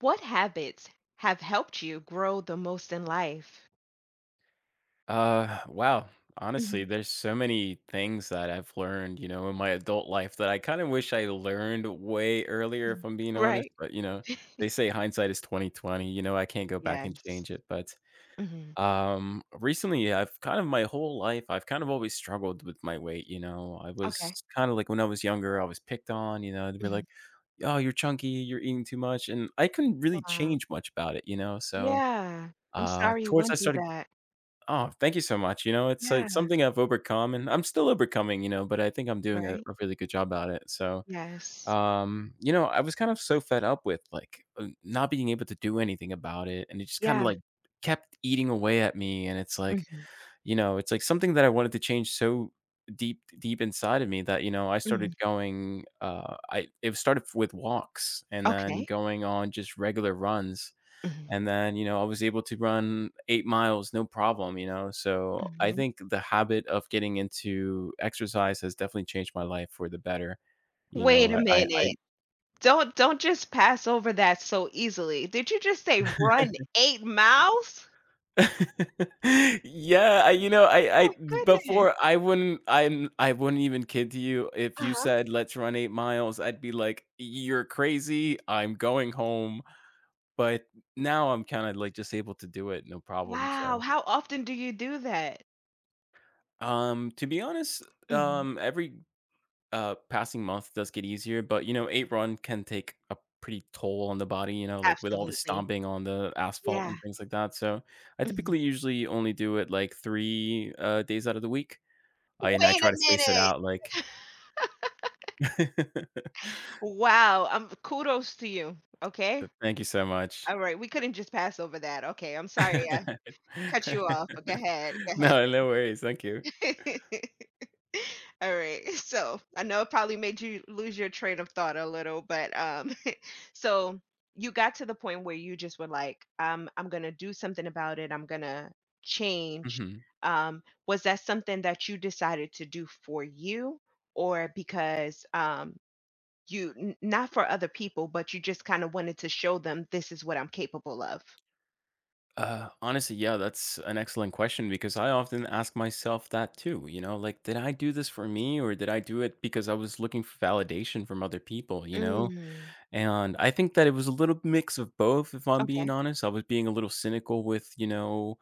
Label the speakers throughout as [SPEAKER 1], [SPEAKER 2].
[SPEAKER 1] What habits have helped you grow the most in life?
[SPEAKER 2] Wow.
[SPEAKER 1] Mhm,
[SPEAKER 2] Honestly, there's so many things that I've learned, you know, in my adult life that I kind of wish I learned way earlier,
[SPEAKER 1] mhm.
[SPEAKER 2] if I'm being honest.
[SPEAKER 1] Right.
[SPEAKER 2] But you know, they say hindsight is 2020. You know, I can't go back and
[SPEAKER 1] Yes.
[SPEAKER 2] change it. But
[SPEAKER 1] Mhm.
[SPEAKER 2] recently, I've kind of my whole life, I've kind of always struggled with my weight. You know, I was
[SPEAKER 1] Okay.
[SPEAKER 2] kind of like when I was younger, I was picked on. You know, they'd be
[SPEAKER 1] Mhm.
[SPEAKER 2] like, "Oh, you're chunky. You're eating too much," and I couldn't really
[SPEAKER 1] Wow.
[SPEAKER 2] change much about it. You know, so
[SPEAKER 1] Yeah. I'm sorry you
[SPEAKER 2] towards I
[SPEAKER 1] went through
[SPEAKER 2] started.
[SPEAKER 1] that.
[SPEAKER 2] Oh, thank you so much. You know, it's
[SPEAKER 1] Yeah.
[SPEAKER 2] something I've overcome and I'm still overcoming, you know, but I think I'm doing a,
[SPEAKER 1] Right?
[SPEAKER 2] a really good job at it. So,
[SPEAKER 1] Yes.
[SPEAKER 2] you know, I was kind of so fed up with like not being able to do anything about it. And it just kind of
[SPEAKER 1] Yeah.
[SPEAKER 2] like kept eating away at me. And it's like,
[SPEAKER 1] Mhm,
[SPEAKER 2] you know, it's like something that I wanted to change so deep, deep inside of me that, you know, I started
[SPEAKER 1] mhm.
[SPEAKER 2] going, it started with walks and then
[SPEAKER 1] Okay.
[SPEAKER 2] going on just regular runs,
[SPEAKER 1] Mhm,
[SPEAKER 2] and then, you know, I was able to run 8 miles, no problem, you know? So, I
[SPEAKER 1] mhm.
[SPEAKER 2] think the habit of getting into exercise has definitely changed my life for the better. You
[SPEAKER 1] Wait a
[SPEAKER 2] know,
[SPEAKER 1] minute. Don't just pass over that so easily. Did you just say run 8 miles?
[SPEAKER 2] I Yeah, I you know,
[SPEAKER 1] Oh,
[SPEAKER 2] I
[SPEAKER 1] my goodness.
[SPEAKER 2] before I wouldn't even kid you, if you
[SPEAKER 1] Uh-huh.
[SPEAKER 2] said, "Let's run 8 miles," I'd be like, "You're crazy, I'm going home." But now I'm kinda, like, just able to do it, no problem,
[SPEAKER 1] Wow.
[SPEAKER 2] so.
[SPEAKER 1] How often do you do that?
[SPEAKER 2] To be honest,
[SPEAKER 1] Mhm.
[SPEAKER 2] every passing month does get easier, but you know, eight run can take a pretty toll on the body, you know, like with all the
[SPEAKER 1] Absolutely.
[SPEAKER 2] stomping on the asphalt
[SPEAKER 1] Yeah.
[SPEAKER 2] and things like that. So I
[SPEAKER 1] Mhm.
[SPEAKER 2] typically usually only do it like three days out of the week. And I
[SPEAKER 1] Wait a
[SPEAKER 2] try to space it
[SPEAKER 1] minute.
[SPEAKER 2] out like
[SPEAKER 1] Wow, kudos to you, okay?
[SPEAKER 2] thank you so much.
[SPEAKER 1] Alright, we couldn't just pass over that. Okay, I'm sorry I cut you off. Go ahead, go ahead.
[SPEAKER 2] No, no worries. Thank you.
[SPEAKER 1] Alright, so I know it probably made you lose your train of thought a little, but, so you got to the point where you just were like, I'm gonna do something about it. I'm gonna change.
[SPEAKER 2] Mhm.
[SPEAKER 1] Was that something that you decided to do for you, or because not for other people, but you just kind of wanted to show them this is what I'm capable of?
[SPEAKER 2] Honestly, yeah, that's an excellent question because I often ask myself that too. You know, like, did I do this for me or did I do it because I was looking for validation from other people, you know?
[SPEAKER 1] Mm,
[SPEAKER 2] And I think that it was a little mix of both, if I'm being
[SPEAKER 1] okay.
[SPEAKER 2] honest. I was being a little cynical with, you know,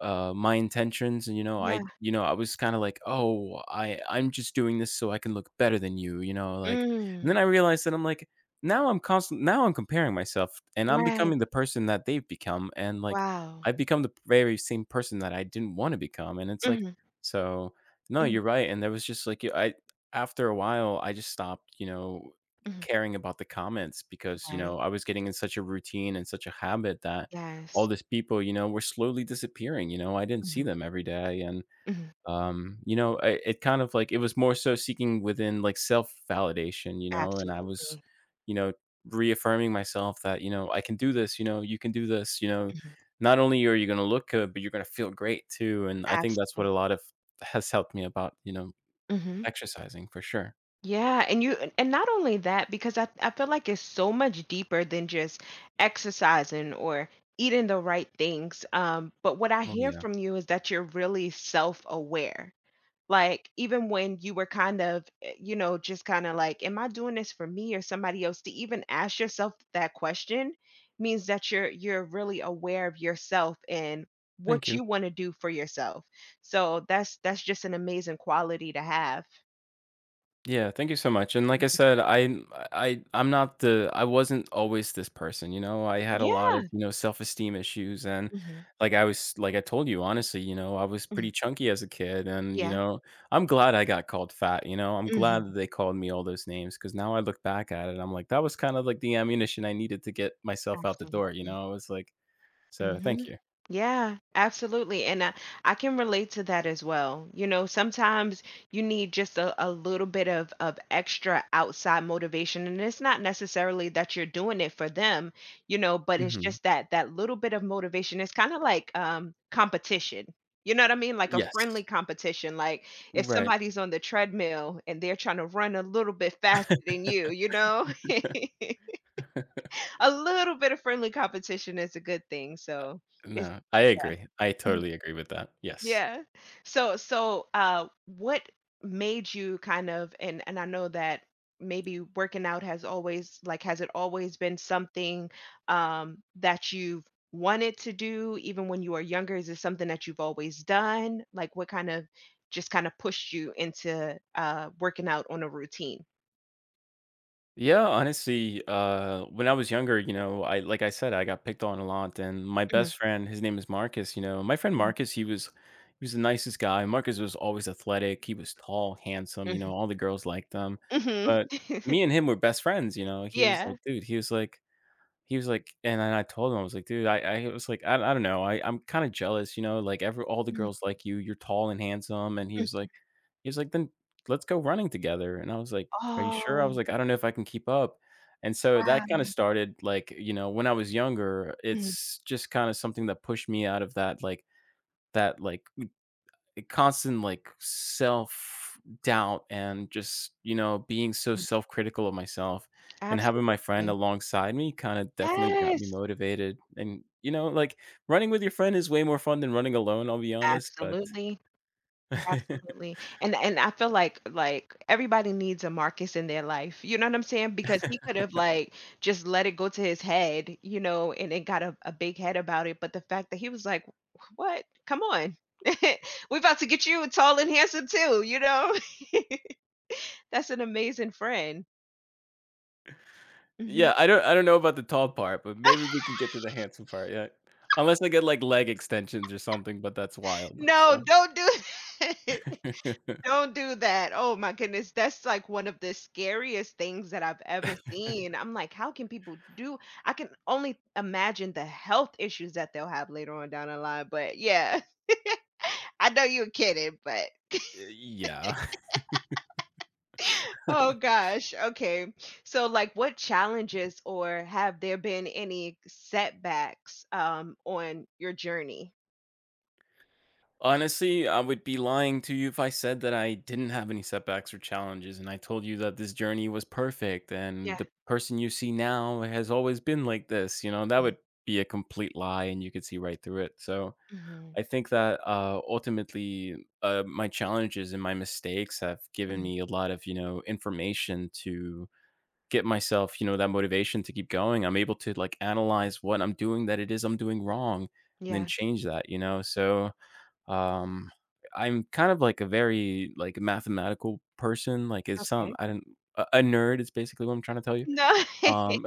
[SPEAKER 2] my intentions. And you know, i
[SPEAKER 1] Yeah.
[SPEAKER 2] you know i was kind of like, oh, I'm just doing this so I can look better than you, you know, like, and
[SPEAKER 1] Mm,
[SPEAKER 2] then I realized that I'm like, now I'm comparing myself and I'm
[SPEAKER 1] right.
[SPEAKER 2] becoming the person that they've become, and like
[SPEAKER 1] Wow.
[SPEAKER 2] I've become the very same person that I didn't want to become. And it's like,
[SPEAKER 1] Hmm.
[SPEAKER 2] so no,
[SPEAKER 1] Hmm.
[SPEAKER 2] you're right. And there was just like I after a while I just stopped, you know,
[SPEAKER 1] Hmm.
[SPEAKER 2] caring about the comments, because you
[SPEAKER 1] Right.
[SPEAKER 2] know I was getting in such a routine and such a habit that all
[SPEAKER 1] Yes.
[SPEAKER 2] these people, you know, were slowly disappearing, you know, I didn't see
[SPEAKER 1] Hmm.
[SPEAKER 2] them every day, and,
[SPEAKER 1] Hmm.
[SPEAKER 2] you know, I it kind of like it was more so seeking within, like, self-validation, you know, and I was,
[SPEAKER 1] Absolutely.
[SPEAKER 2] you know, reaffirming myself that, you know, "I can do this," you know, "You can do this," you know,
[SPEAKER 1] Hmm.
[SPEAKER 2] "Not only are you gonna look good, but you're gonna feel great too," and I think that's what
[SPEAKER 1] Absolutely.
[SPEAKER 2] a lot of has helped me about, you know,
[SPEAKER 1] Hmm.
[SPEAKER 2] exercising for sure.
[SPEAKER 1] Yeah, and you and not only that, because I feel like it's so much deeper than just exercising or eating the right things. But what I
[SPEAKER 2] Oh,
[SPEAKER 1] hear
[SPEAKER 2] yeah.
[SPEAKER 1] from you is that you're really self-aware. Like even when you were kind of, just kind of like, am I doing this for me or somebody else? To even ask yourself that question means that you're really aware of yourself and
[SPEAKER 2] Thank
[SPEAKER 1] what
[SPEAKER 2] you.
[SPEAKER 1] you want to do for yourself. So that's just an amazing quality to have.
[SPEAKER 2] Yeah, thank you so much. And like I said, I am not the. I wasn't always this person, you know. I had a lot
[SPEAKER 1] Yeah.
[SPEAKER 2] of, you know, self-esteem issues and like I was like I told you honestly, you know, I was pretty
[SPEAKER 1] Mhm.
[SPEAKER 2] chunky as a kid, and you
[SPEAKER 1] Yeah.
[SPEAKER 2] know, I'm glad I got called fat, you know. I'm
[SPEAKER 1] Mhm.
[SPEAKER 2] glad that they called me all those names, cuz now I look back at it, I'm like that was kind of like the ammunition I needed to get myself out the door, you
[SPEAKER 1] Absolutely.
[SPEAKER 2] know. I was like, so thank
[SPEAKER 1] Mhm.
[SPEAKER 2] you.
[SPEAKER 1] Yeah, absolutely, and, I can relate to that as well. You know, sometimes you need just a little bit of extra outside motivation, and it's not necessarily that you're doing it for them, you know, but it's
[SPEAKER 2] Mhm.
[SPEAKER 1] just that little bit of motivation. It's kinda like, competition. You know what I mean? Like a friendly
[SPEAKER 2] Yes.
[SPEAKER 1] competition, like, if
[SPEAKER 2] Right.
[SPEAKER 1] somebody's on the treadmill and they're trying to run a little bit faster than you, you know? A little bit of friendly competition is a good thing, so it's
[SPEAKER 2] No. I
[SPEAKER 1] yeah.
[SPEAKER 2] agree. I
[SPEAKER 1] Mhm.
[SPEAKER 2] totally agree with that. Yes.
[SPEAKER 1] Yeah. So, what made you kind of and I know that maybe working out has always like, has it always been something, that you've wanted to do even when you were younger? Is it something that you've always done? Like, what kind of just kinda pushed you into, working out on a routine?
[SPEAKER 2] Yeah, honestly, when I was younger, you know, I like I said, I got picked on a lot, and my
[SPEAKER 1] Mhm.
[SPEAKER 2] best friend, his name is Marcus. You know, my friend
[SPEAKER 1] Mhm.
[SPEAKER 2] Marcus, he was, he was the nicest guy. Marcus was always athletic. He was tall, handsome. You
[SPEAKER 1] Mhm.
[SPEAKER 2] know, all the girls liked him.
[SPEAKER 1] Mhm.
[SPEAKER 2] But me and him were best friends. You know, he was
[SPEAKER 1] Yeah.
[SPEAKER 2] like, dude, he was like and then I told him, I was like, "Dude, I was like, I don't know, I'm kinda jealous, you know, like, every all the
[SPEAKER 1] Mhm. Mhm.
[SPEAKER 2] girls like you, you're tall and handsome," and he was like, "Then let's go running together," and I was like, "Are you sure?" I
[SPEAKER 1] Oh,
[SPEAKER 2] was like, "I don't know if I can keep up," and so that kinda
[SPEAKER 1] wow.
[SPEAKER 2] started, like, you know, when I was younger,
[SPEAKER 1] Mhm.
[SPEAKER 2] it's just kinda something that pushed me out of that, like, constant like self doubt and just you know being so self critical of myself, and having my friend
[SPEAKER 1] Absolutely.
[SPEAKER 2] alongside me kind of definitely got me
[SPEAKER 1] Yes.
[SPEAKER 2] motivated, and you know like running with your friend is way more fun than running alone, I'll be honest. But
[SPEAKER 1] Absolutely, absolutely. And I feel like everybody needs a Marcus in their life. You know what I'm saying? Because he could have like just let it go to his head, you know, and it got a big head about it. But the fact that he was like, "What? Come on, we are about to get you tall and handsome too." You know, that's an amazing friend. Mhm.
[SPEAKER 2] yeah, I don't know about the tall part, but maybe we can get to the handsome part, yeah, unless I get like leg extensions or something, but that's wild, so
[SPEAKER 1] No, don't do it. Don't do that. Oh my goodness. That's like one of the scariest things that I've ever seen. I'm like, how can people do. I can only imagine the health issues that they'll have later on down the line. But yeah, I know you're kidding, but
[SPEAKER 2] yeah.
[SPEAKER 1] oh gosh. Okay. So like what challenges or have there been any setbacks on your journey?
[SPEAKER 2] Honestly, I would be lying to you if I said that I didn't have any setbacks or challenges and I told you that this journey was perfect
[SPEAKER 1] Yeah.
[SPEAKER 2] and the person you see now has always been like this, you know, that
[SPEAKER 1] Mhm,
[SPEAKER 2] would be a complete lie and you could see right through it. So
[SPEAKER 1] mhm,
[SPEAKER 2] I think that ultimately, my challenges and my mistakes have given
[SPEAKER 1] mhm.
[SPEAKER 2] me a lot of, you know, information to get myself, you know, that motivation to keep going. I'm able to like analyze what I'm doing that it is I'm doing wrong and then
[SPEAKER 1] Yeah.
[SPEAKER 2] change that, you know. So um, I'm kind of like a very like mathematical person. Like it's some
[SPEAKER 1] Okay.
[SPEAKER 2] I don't. A nerd is basically what I'm trying to tell you.
[SPEAKER 1] No.
[SPEAKER 2] Um,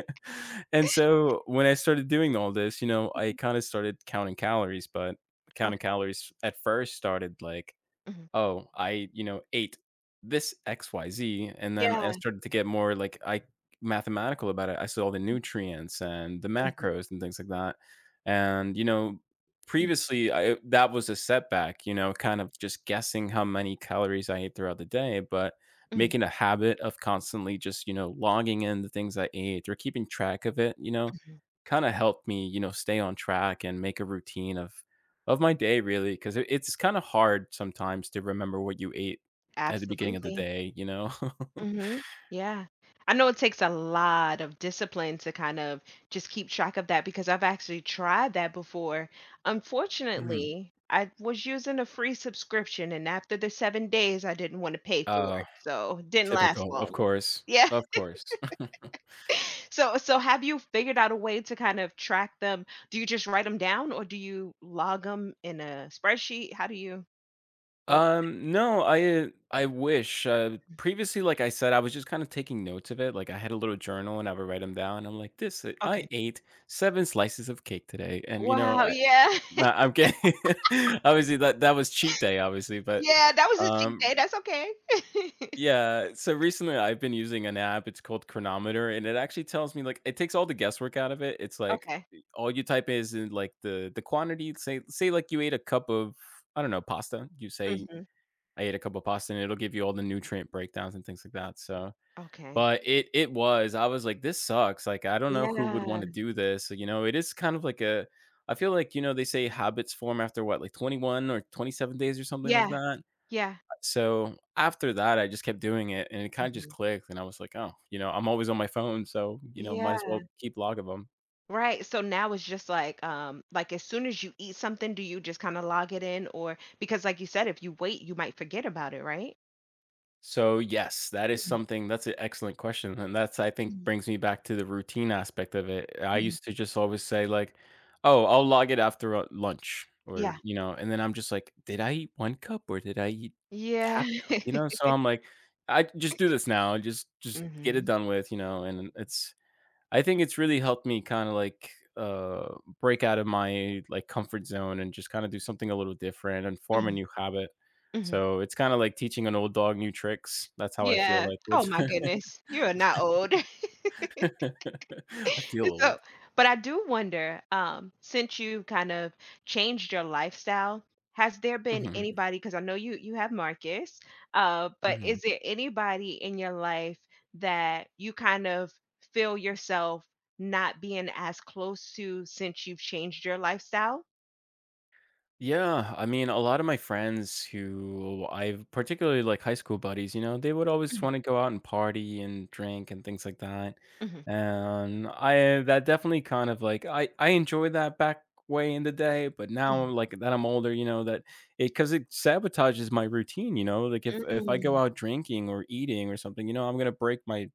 [SPEAKER 2] and so when I started doing all this, you know, I kind of started counting calories, but counting
[SPEAKER 1] Okay.
[SPEAKER 2] calories at first started like,
[SPEAKER 1] Mhm.
[SPEAKER 2] "Oh, I, you know, ate this XYZ," and then
[SPEAKER 1] Yeah.
[SPEAKER 2] I started to get more, like, I mathematical about it. I saw the nutrients and the
[SPEAKER 1] Mhm,
[SPEAKER 2] macros and things like that, and, you know, previously, I that was a setback, you know, kind of just guessing how many calories I ate throughout the day, but
[SPEAKER 1] mhm,
[SPEAKER 2] making a habit of constantly just, you know, logging in the things I ate or keeping track of it, you know,
[SPEAKER 1] mhm.
[SPEAKER 2] kinda helped me, you know, stay on track and make a routine of my day, really, 'cause it it's kinda hard sometimes to remember what you ate at the beginning of the
[SPEAKER 1] Absolutely.
[SPEAKER 2] day, you know?
[SPEAKER 1] Mhm. Yeah. I know it takes a lot of discipline to kind of just keep track of that because I've actually tried that before.
[SPEAKER 2] Mm.
[SPEAKER 1] Unfortunately, I was using a free subscription, and after the 7 days, I didn't wanna pay for
[SPEAKER 2] Oh,
[SPEAKER 1] it, so it didn't last
[SPEAKER 2] typical, of
[SPEAKER 1] long.
[SPEAKER 2] course,
[SPEAKER 1] Yeah.
[SPEAKER 2] of course.
[SPEAKER 1] So have you figured out a way to kind of track them? Do you just write them down, or do you log them in a spreadsheet? How do you go ab.
[SPEAKER 2] No, I wish, previously, like I said, I was just kinda taking notes of it, like, I had a little journal and I would write them down, I'm like, "This I
[SPEAKER 1] Okay.
[SPEAKER 2] ate 7 slices of cake today," and, you know,
[SPEAKER 1] Wow,
[SPEAKER 2] I
[SPEAKER 1] yeah.
[SPEAKER 2] nah, I'm kidding. Obviously, that was cheat day, obviously, but,
[SPEAKER 1] Yeah, that was a cheat
[SPEAKER 2] um
[SPEAKER 1] day, that's okay.
[SPEAKER 2] yeah, so recently I've been using an app, it's called Chronometer, and it actually tells me like it takes all the guesswork out of it. It's like
[SPEAKER 1] Okay.
[SPEAKER 2] all you type is in like the quantity, say like you ate a cup of, I don't know, pasta. You say
[SPEAKER 1] Mhm.
[SPEAKER 2] I ate a cup of pasta and it'll give you all the nutrient breakdowns and things like that. So,
[SPEAKER 1] Okay.
[SPEAKER 2] but it was I was like this sucks. Like I don't know who would want
[SPEAKER 1] Yeah.
[SPEAKER 2] to do this. So, you know, it is kind of like a, I feel like, you know, they say habits form after what, like 21 or 27 days or something like
[SPEAKER 1] Yeah.
[SPEAKER 2] that,
[SPEAKER 1] Yeah.
[SPEAKER 2] so after that, I just kept doing it and it kind of just
[SPEAKER 1] Mhm.
[SPEAKER 2] clicked. And I was like, oh, you know, I'm always on my phone. So, you know, might as
[SPEAKER 1] Yeah.
[SPEAKER 2] well keep log of them.
[SPEAKER 1] Right, so now it's just like, as soon as you eat something, do you just kinda log it in or because like you said, if you wait, you might forget about it, right?
[SPEAKER 2] So, yes, that is
[SPEAKER 1] Mhm,
[SPEAKER 2] something that's an excellent question. And that's, I think,
[SPEAKER 1] mhm,
[SPEAKER 2] brings me back to the routine aspect of it. I
[SPEAKER 1] mhm.
[SPEAKER 2] used to just always say, like, oh, I'll log it after lunch or,
[SPEAKER 1] Yeah.
[SPEAKER 2] you know, and then I'm just like, did I eat one cup or did I eat
[SPEAKER 1] Yeah.
[SPEAKER 2] half a cup? You know, so I'm like, I just do this now, just, get it
[SPEAKER 1] Mhm,
[SPEAKER 2] done with, you know, and I think it's really helped me kinda, like, uh, break out of my, like, comfort zone and just kinda do something a little different and form a
[SPEAKER 1] mhm,
[SPEAKER 2] new habit.
[SPEAKER 1] mhm.
[SPEAKER 2] So, it's kinda like teaching an old dog new tricks. That's how I feel
[SPEAKER 1] Yeah.
[SPEAKER 2] like
[SPEAKER 1] Oh
[SPEAKER 2] with.
[SPEAKER 1] my goodness, you are not old.
[SPEAKER 2] I feel old.
[SPEAKER 1] So, but I do wonder, since you kind of changed your lifestyle, has there been
[SPEAKER 2] Mhm,
[SPEAKER 1] anybody, because I know you have Marcus, but
[SPEAKER 2] mhm.
[SPEAKER 1] is there anybody in your life that you kind of feel yourself not being as close to since you've changed your lifestyle?
[SPEAKER 2] Yeah, I mean, a lot of my friends who I've particularly like high school buddies, you know, they would always want to go out and party and drink and things like that.
[SPEAKER 1] Mhm,
[SPEAKER 2] And I That definitely kind of like I enjoyed that back way in the day, but now
[SPEAKER 1] mhm,
[SPEAKER 2] like that I'm older, you know, that it because it sabotages my routine, you know, like if
[SPEAKER 1] mhm,
[SPEAKER 2] if I go
[SPEAKER 1] mm.
[SPEAKER 2] out drinking or eating or something, you know, I'm gonna break my.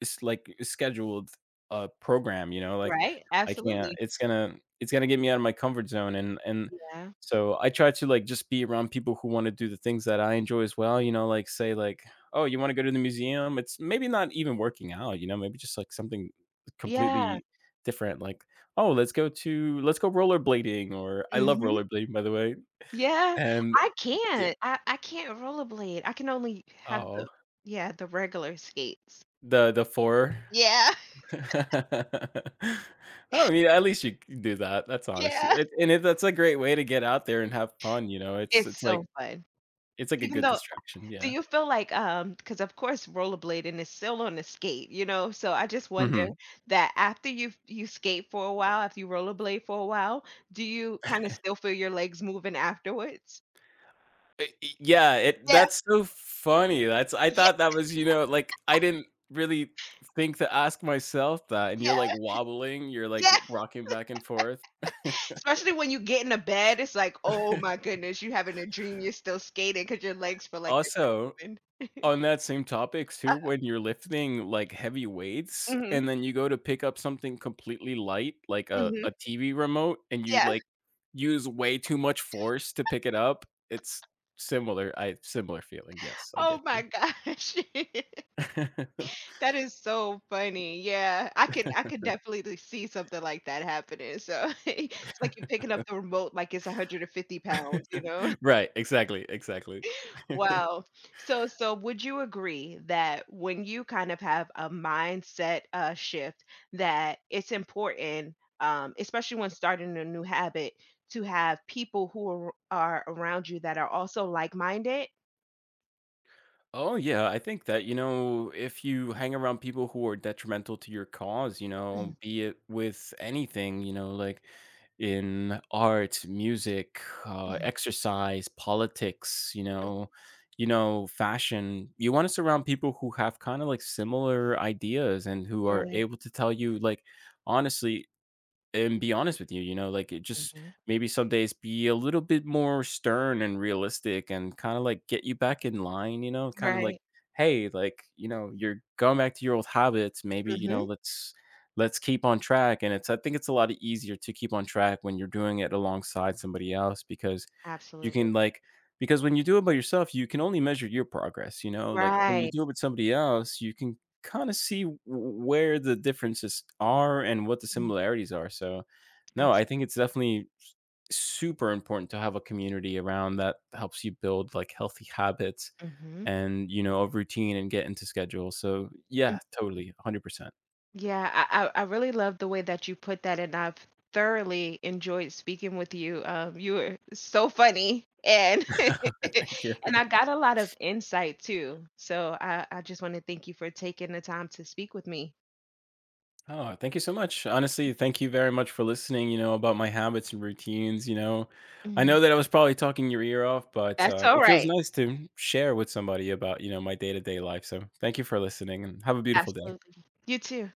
[SPEAKER 2] It's like a scheduled, program, you know, like,
[SPEAKER 1] Right?
[SPEAKER 2] I can't.
[SPEAKER 1] Absolutely.
[SPEAKER 2] It's gonna it's gonna get me out of my comfort zone, and
[SPEAKER 1] Yeah.
[SPEAKER 2] so I try to, like, just be around people who wanna do the things that I enjoy as well, you know, like, say, like, "Oh, you wanna go to the museum?" It's maybe not even working out, you know, maybe just, like, something
[SPEAKER 1] Yeah.
[SPEAKER 2] completely different, like, "Oh, let's go rollerblading," or I love rollerblading, by the way,
[SPEAKER 1] Yeah,
[SPEAKER 2] and
[SPEAKER 1] I
[SPEAKER 2] yeah.
[SPEAKER 1] can't. I can't rollerblade. I can only have
[SPEAKER 2] Oh,
[SPEAKER 1] the, yeah, the regular skates.
[SPEAKER 2] the 4.
[SPEAKER 1] Yeah,
[SPEAKER 2] I mean, at least you c do that. That's honest
[SPEAKER 1] yeah.
[SPEAKER 2] it, and if that's a great way to get out there and have fun, you know, it's
[SPEAKER 1] It's
[SPEAKER 2] it's
[SPEAKER 1] so
[SPEAKER 2] like
[SPEAKER 1] fun.
[SPEAKER 2] it's like a
[SPEAKER 1] Even
[SPEAKER 2] good
[SPEAKER 1] though
[SPEAKER 2] distraction,
[SPEAKER 1] do
[SPEAKER 2] yeah.
[SPEAKER 1] you feel like, because of course rollerblading is still on the skate, you know, so I just wonder
[SPEAKER 2] Mhm.
[SPEAKER 1] that after you skate for a while, after you rollerblade for a while, do you kinda still feel your legs moving afterwards?
[SPEAKER 2] E Yeah, it
[SPEAKER 1] Yeah,
[SPEAKER 2] that's so funny. That's I
[SPEAKER 1] yeah,
[SPEAKER 2] thought that was, you know, like, I didn't really think to ask myself that, and you're, like,
[SPEAKER 1] yeah,
[SPEAKER 2] wobbling, you're, like,
[SPEAKER 1] yeah.
[SPEAKER 2] rocking back and forth.
[SPEAKER 1] Especially when you get in a bed, it's like, "Oh my goodness, you having a dream, you're still skating because your legs feel like they're still
[SPEAKER 2] Also
[SPEAKER 1] moving."
[SPEAKER 2] on that same topic too, when you're lifting, like, heavy weights
[SPEAKER 1] Mhm,
[SPEAKER 2] and then you go to pick up something completely light, like a
[SPEAKER 1] mhm,
[SPEAKER 2] a TV remote, and you,
[SPEAKER 1] yeah.
[SPEAKER 2] like, use way too much force to pick it up, it's similar I similar feeling, yes, I
[SPEAKER 1] Oh
[SPEAKER 2] get
[SPEAKER 1] my
[SPEAKER 2] you.
[SPEAKER 1] gosh. That is so funny, yeah. I could definitely see something like that happening, so it's like you're picking up the remote like it's 150 pounds, you know?
[SPEAKER 2] Right, exactly, exactly.
[SPEAKER 1] Wow. So would you agree that when you kind of have a mindset, shift that it's important, especially when starting a new habit, to have people who are around you that are also like-minded?
[SPEAKER 2] Oh yeah, I think that, you know, if you hang around people who are detrimental to your cause, you
[SPEAKER 1] Mhm,
[SPEAKER 2] know, be it with anything, you know, like in art, music,
[SPEAKER 1] mhm.
[SPEAKER 2] exercise, politics, you know, fashion. You want to surround people who have kind of like similar ideas and who are
[SPEAKER 1] Right.
[SPEAKER 2] able to tell you like honestly and be honest with you, you know, like it just
[SPEAKER 1] Mhm.
[SPEAKER 2] maybe some days be a little bit more stern and realistic and kind of like get you back in line, you know, kind of
[SPEAKER 1] Right.
[SPEAKER 2] like, hey, like, you know, you're going back to your old habits. Maybe, you know,
[SPEAKER 1] Mhm.
[SPEAKER 2] let's keep on track. And it's I think it's a lot easier to keep on track when you're doing it alongside somebody else because you
[SPEAKER 1] Absolutely.
[SPEAKER 2] can, like, because when you do it by yourself, you can only measure your progress, you know? Like, when you
[SPEAKER 1] Right.
[SPEAKER 2] do it with somebody else, you can kinda see w where the differences are and what the
[SPEAKER 1] Mhm.
[SPEAKER 2] similarities are, so, no, I
[SPEAKER 1] Absolutely.
[SPEAKER 2] think it's definitely s super important to have a community around that helps you build, like, healthy habits
[SPEAKER 1] Mhm.
[SPEAKER 2] and, you know, a routine and get into schedule, so, yeah, totally, 100%.
[SPEAKER 1] Yeah, I really love the way that you put that, and I've thoroughly enjoyed speaking with you. You were so funny, and
[SPEAKER 2] Thank you.
[SPEAKER 1] and I got a lot of insight too. So I just want to thank you for taking the time to speak with me.
[SPEAKER 2] Oh, thank you so much. Honestly, thank you very much for listening, you know, about my habits and routines, you know. I
[SPEAKER 1] Mhm.
[SPEAKER 2] know that I was probably talking your ear off, but
[SPEAKER 1] That's all
[SPEAKER 2] it feels
[SPEAKER 1] right.
[SPEAKER 2] nice to share with somebody about, you know, my day-to-day life. So, thank you for listening and have a beautiful day.
[SPEAKER 1] Absolutely. You too.